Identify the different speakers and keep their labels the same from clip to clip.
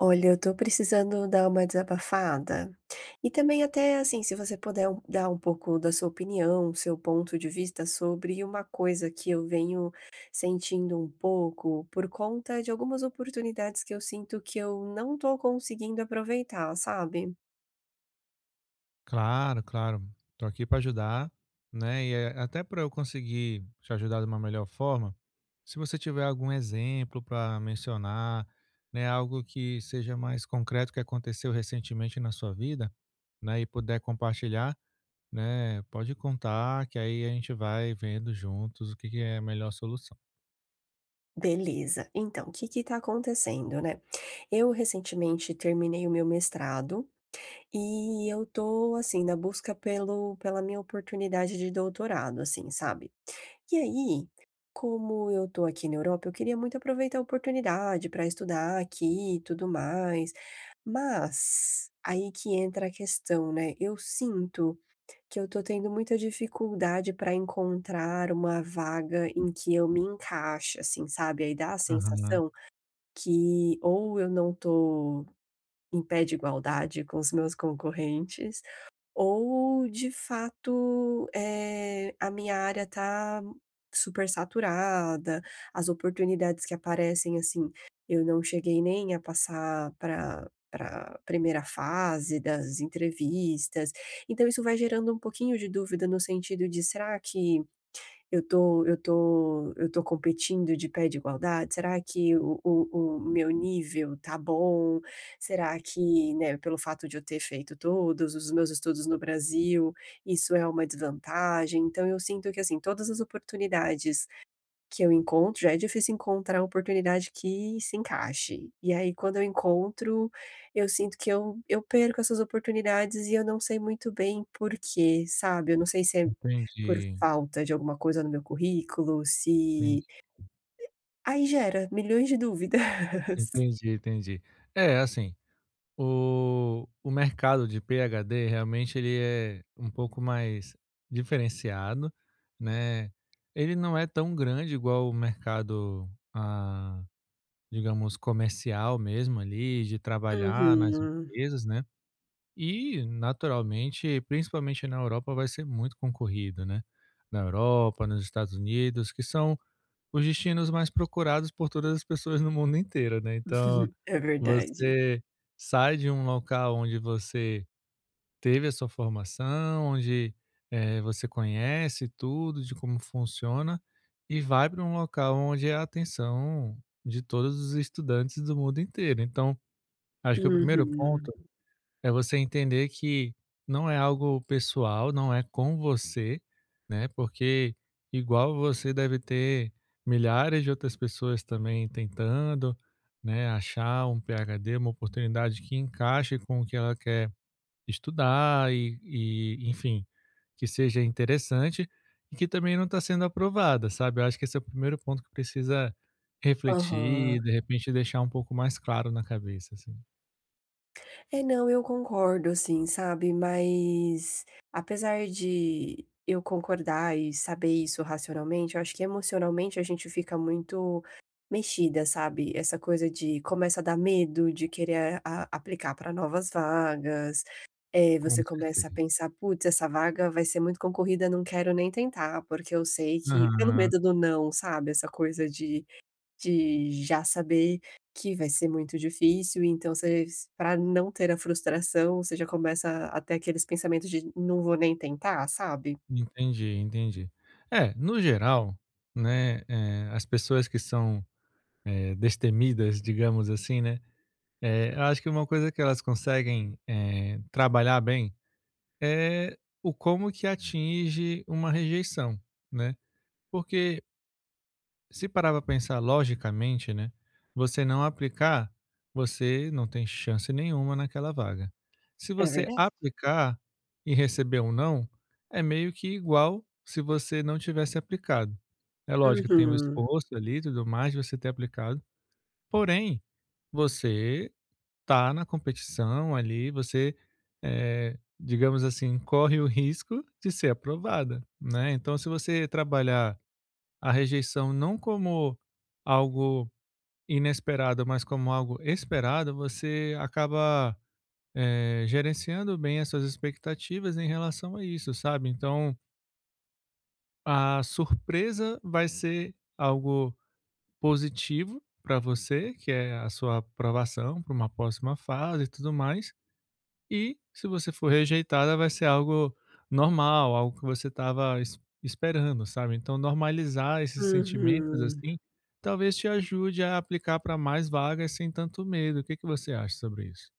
Speaker 1: Olha, eu tô precisando dar uma desabafada. E também até assim, se você puder dar um pouco da sua opinião, seu ponto de vista sobre uma coisa que eu venho sentindo um pouco por conta de algumas oportunidades que eu sinto que eu não tô conseguindo aproveitar, sabe?
Speaker 2: Claro, claro. Estou aqui para ajudar, né? E até para eu conseguir te ajudar de uma melhor forma, se você tiver algum exemplo para mencionar, né, algo que seja mais concreto que aconteceu recentemente na sua vida, né, e puder compartilhar, né, pode contar que aí a gente vai vendo juntos o que que é a melhor solução.
Speaker 1: Beleza. Então, o que que tá acontecendo, né? Eu recentemente terminei o meu mestrado e eu tô assim na busca pelo pela minha oportunidade de doutorado, assim, sabe? E aí, como eu tô aqui na Europa, eu queria muito aproveitar a oportunidade para estudar aqui e tudo mais, mas aí que entra a questão, né? Eu sinto que eu tô tendo muita dificuldade para encontrar uma vaga em que eu me encaixe, assim, sabe? Aí dá a
Speaker 2: Aham,
Speaker 1: sensação que ou eu não tô em pé de igualdade com os meus concorrentes, ou de fato, a minha área tá super saturada, as oportunidades que aparecem, assim, eu não cheguei nem a passar para primeira fase das entrevistas, então isso vai gerando um pouquinho de dúvida no sentido de será que eu tô competindo de pé de igualdade? Será que o meu nível tá bom? Será que, né, pelo fato de eu ter feito todos os meus estudos no Brasil, isso é uma desvantagem? Então eu sinto que, assim, todas as oportunidades que eu encontro, já é difícil encontrar uma oportunidade que se encaixe. E aí quando eu encontro, eu sinto que eu perco essas oportunidades e eu não sei muito bem por quê, sabe. Eu não sei se é por
Speaker 2: entendi,
Speaker 1: falta de alguma coisa no meu currículo, se
Speaker 2: entendi,
Speaker 1: aí gera milhões de dúvidas.
Speaker 2: entendi, entendi. É, assim. O mercado de PhD realmente ele é um pouco mais diferenciado, né. Ele não é tão grande igual o mercado, ah, digamos, comercial mesmo ali, de trabalhar nas
Speaker 1: Uhum.
Speaker 2: empresas, né. E naturalmente, principalmente na Europa, vai ser muito concorrido, né. Na Europa, nos Estados Unidos, que são os destinos mais procurados por todas as pessoas no mundo inteiro, né. Então,
Speaker 1: É verdade.
Speaker 2: você sai de um local onde você teve a sua formação, onde, você conhece tudo de como funciona, e vai para um local onde é a atenção de todos os estudantes do mundo inteiro. Então, acho que o primeiro
Speaker 1: Uhum.
Speaker 2: ponto é você entender que não é algo pessoal, não é com você, né? Porque igual você deve ter milhares de outras pessoas também tentando, né, achar um PhD, uma oportunidade que encaixe com o que ela quer estudar e enfim, que seja interessante e que também não está sendo aprovada, sabe? Eu acho que esse é o primeiro ponto que precisa refletir
Speaker 1: Aham.
Speaker 2: e de repente deixar um pouco mais claro na cabeça, assim.
Speaker 1: É, não, eu concordo, assim, sabe? Mas apesar de eu concordar e saber isso racionalmente, eu acho que emocionalmente a gente fica muito mexida, sabe? Essa coisa de começa a dar medo de querer aplicar para novas vagas. É,
Speaker 2: Com
Speaker 1: você começa a
Speaker 2: certeza.
Speaker 1: pensar, putz, essa vaga vai ser muito concorrida, não quero nem tentar, porque eu sei que, pelo
Speaker 2: Aham.
Speaker 1: medo do não, sabe? Essa coisa de já saber que vai ser muito difícil, então você, pra não ter a frustração, você já começa a ter aqueles pensamentos de: "Não vou nem tentar", sabe?
Speaker 2: Entendi, entendi. É, no geral, né, as pessoas que são, destemidas, digamos assim, né, eu acho que uma coisa que elas conseguem, trabalhar bem é o como que atinge uma rejeição, né. Porque se parar pra pensar logicamente, né, você não aplicar, você não tem chance nenhuma naquela vaga. Se
Speaker 1: É
Speaker 2: você
Speaker 1: verdade.
Speaker 2: aplicar e receber um não, é meio que igual se você não tivesse aplicado. É lógico, tem o
Speaker 1: Uhum,
Speaker 2: esforço ali e tudo mais de você ter aplicado, porém, você tá na competição ali, você, digamos assim, corre o risco de ser aprovada, né. Então se você trabalhar a rejeição não como algo inesperado, mas como algo esperado, você acaba, gerenciando bem as suas expectativas em relação a isso, sabe. Então, a surpresa vai ser algo positivo para você, que é a sua aprovação para uma próxima fase e tudo mais, e se você for rejeitada, vai ser algo normal, algo que você estava es esperando, sabe. Então normalizar esses sentimentos,
Speaker 1: uhum.
Speaker 2: assim, talvez te ajude a aplicar para mais vagas sem tanto medo. O que que você acha sobre isso?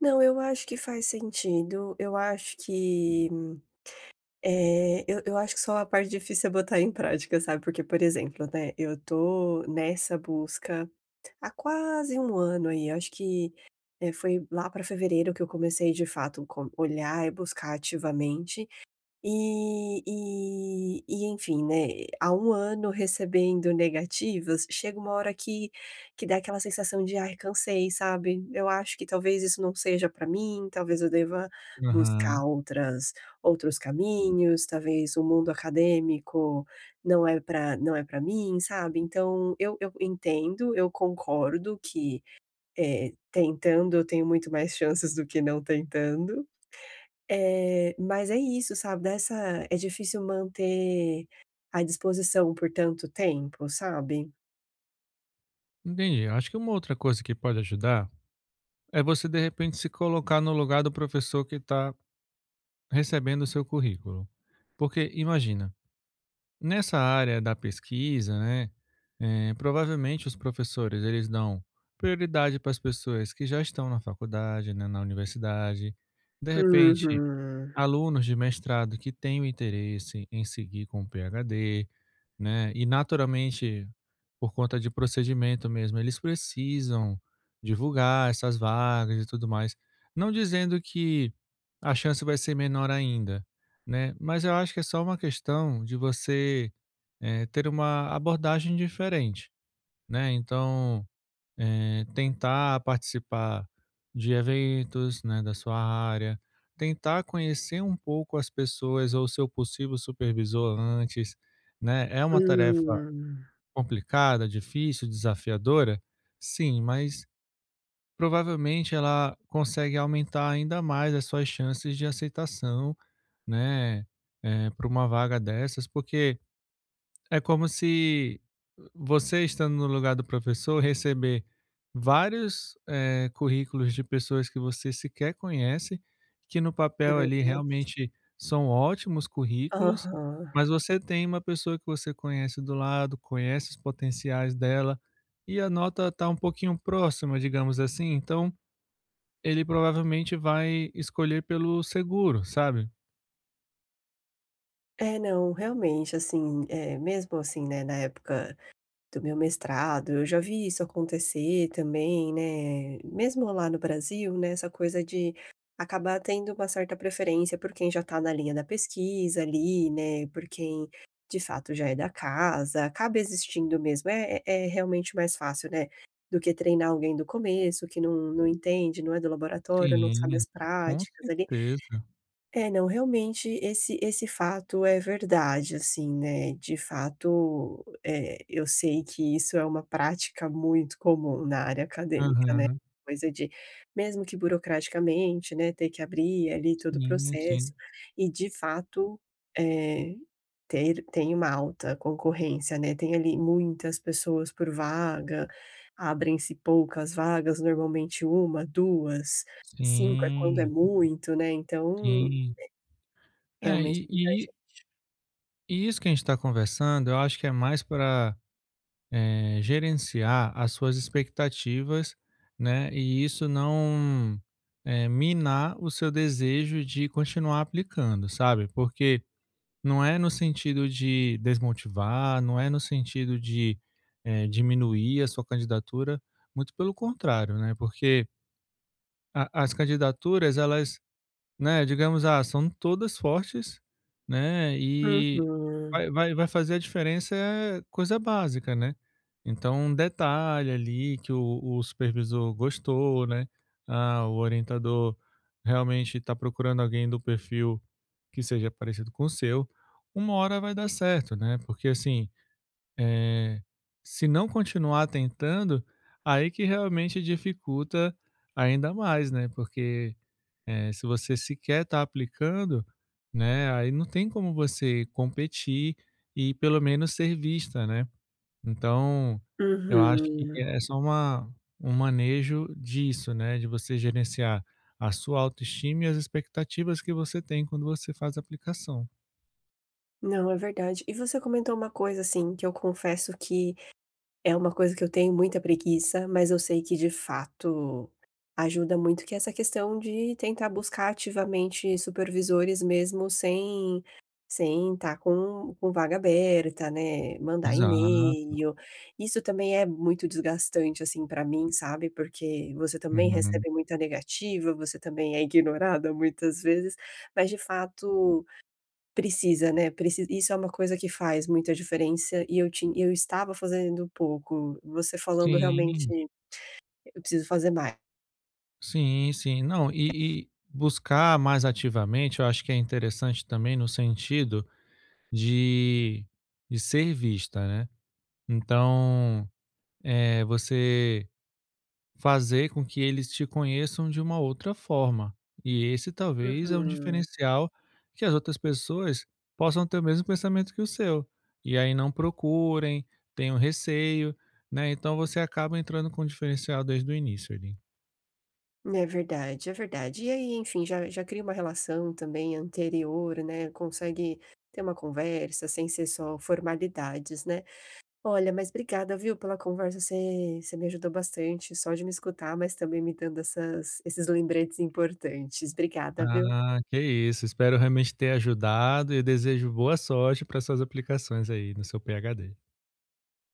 Speaker 1: Não, eu acho que faz sentido, eu acho que, eu acho que só a parte difícil é botar em prática, sabe? Porque, por exemplo, né, eu tô nessa busca há quase um ano aí, acho que, foi lá para fevereiro que eu comecei de fato com olhar e buscar ativamente, e enfim, né, há um ano recebendo negativas, chega uma hora que dá aquela sensação de: "Ai, cansei", sabe. Eu acho que talvez isso não seja para mim, talvez eu deva
Speaker 2: Aham,
Speaker 1: buscar outras outros caminhos, talvez o mundo acadêmico não é para mim, sabe. Então eu entendo, eu concordo que, tentando eu tenho muito mais chances do que não tentando. Mas é isso, sabe, dessa é difícil manter a disposição por tanto tempo, sabe.
Speaker 2: entendi. Acho que uma outra coisa que pode ajudar é você, de repente, se colocar no lugar do professor que está recebendo o seu currículo. Porque imagina. Nessa área da pesquisa, né, provavelmente os professores eles dão prioridade para as pessoas que já estão na faculdade, né, na universidade. De repente,
Speaker 1: Uhum.
Speaker 2: alunos de mestrado que têm o interesse em seguir com o PhD, né? E naturalmente, por conta de procedimento mesmo, eles precisam divulgar essas vagas e tudo mais. Não dizendo que a chance vai ser menor ainda, né? Mas eu acho que é só uma questão de você ter uma abordagem diferente, né? Então, tentar participar de eventos, né, da sua área, tentar conhecer um pouco as pessoas ou seu possível supervisor antes, né. É uma tarefa
Speaker 1: Hum.
Speaker 2: complicada, difícil, desafiadora? Sim, mas provavelmente ela consegue aumentar ainda mais as suas chances de aceitação, né, para uma vaga dessas, porque é como se você estando no lugar do professor receber vários, currículos de pessoas que você sequer conhece, que no
Speaker 1: É
Speaker 2: papel ali
Speaker 1: verdade.
Speaker 2: realmente são ótimos currículos,
Speaker 1: Aham.
Speaker 2: mas você tem uma pessoa que você conhece do lado, conhece os potenciais dela, e a nota está um pouquinho próxima, digamos assim, então ele provavelmente vai escolher pelo seguro, sabe?
Speaker 1: É, não, realmente, assim, mesmo assim, né, na época do meu mestrado, eu já vi isso acontecer também, né, mesmo lá no Brasil, né, essa coisa de acabar tendo uma certa preferência por quem já está na linha da pesquisa ali, né, por quem de fato já é da casa, acaba existindo mesmo, é realmente mais fácil, né, do que treinar alguém do começo que não entende, não é do laboratório, não sabe
Speaker 2: Sim,
Speaker 1: as
Speaker 2: com
Speaker 1: práticas ali.
Speaker 2: certeza.
Speaker 1: É, não, realmente esse fato é verdade, assim, né, de fato, eu sei que isso é uma prática muito comum na área acadêmica, né,
Speaker 2: Aham,
Speaker 1: coisa de mesmo que burocraticamente, né, ter que abrir ali todo o
Speaker 2: sim,
Speaker 1: processo
Speaker 2: sim.
Speaker 1: e de fato, é, ter tem uma alta concorrência, né, tem ali muitas pessoas por vaga, abrem-se poucas vagas, normalmente uma, duas, 5 é quando é
Speaker 2: Sim,
Speaker 1: muito, né, então
Speaker 2: sim. É,
Speaker 1: realmente
Speaker 2: e
Speaker 1: muita
Speaker 2: e
Speaker 1: gen.
Speaker 2: e isso que a gente está conversando, eu acho que é mais para gerenciar as suas expectativas, né, e isso não, minar o seu desejo de continuar aplicando, sabe. Porque não é no sentido de desmotivar, não é no sentido de, diminuir a sua candidatura, muito pelo contrário, né, porque a as candidaturas elas. Né, digamos, são todas fortes, né, e
Speaker 1: Uhum,
Speaker 2: vai fazer a diferença é coisa básica, né. Então, um detalhe ali que o supervisor gostou, né, o orientador realmente está procurando alguém do perfil que seja parecido com o seu, uma hora vai dar certo, né, porque assim, eh, se não continuar tentando, aí que realmente dificulta ainda mais, né, porque se você sequer está aplicando, né, aí não tem como você competir e pelo menos ser vista, né. Então, eu acho que
Speaker 1: uhum.
Speaker 2: é só uma um manejo disso, né, de você gerenciar a sua autoestima e as expectativas que você tem quando você faz a aplicação.
Speaker 1: Não, é verdade. E você comentou uma coisa, assim, que eu confesso que é uma coisa que eu tenho muita preguiça, mas eu sei que de fato ajuda muito, que é essa questão de tentar buscar ativamente supervisores mesmo sem estar com vaga aberta, né, mandar
Speaker 2: Exato.
Speaker 1: e-mail. Isso também é muito desgastante, assim, para mim, sabe, porque você também
Speaker 2: Uhum.
Speaker 1: recebe muita negativa, você também é ignorada muitas vezes, mas de fato precisa, né, precisa. Isso é uma coisa que faz muita diferença e eu tinha, eu estava fazendo pouco. Você falando realmente,
Speaker 2: Sim,
Speaker 1: eu preciso fazer mais.
Speaker 2: sim, sim. Não, e buscar mais ativamente, eu acho que é interessante também no sentido de de ser vista, né. Então, você fazer com que eles te conheçam de uma outra forma. E esse talvez é um
Speaker 1: Uhum.
Speaker 2: diferencial que as outras pessoas possam ter o mesmo pensamento que o seu, e aí não procurem, tenham receio, né, então você acaba entrando com um diferencial desde o início ali.
Speaker 1: É verdade, é verdade. E aí, enfim, já já cria uma relação também anterior, né, consegue ter uma conversa sem ser só formalidades, né. Olha, mas obrigada, viu, pela conversa, você me ajudou bastante, só de me escutar, mas também me dando essas esses lembretes importantes. Obrigada, viu.
Speaker 2: Ah, que isso, espero realmente ter ajudado e desejo boa sorte para suas aplicações aí no seu PhD.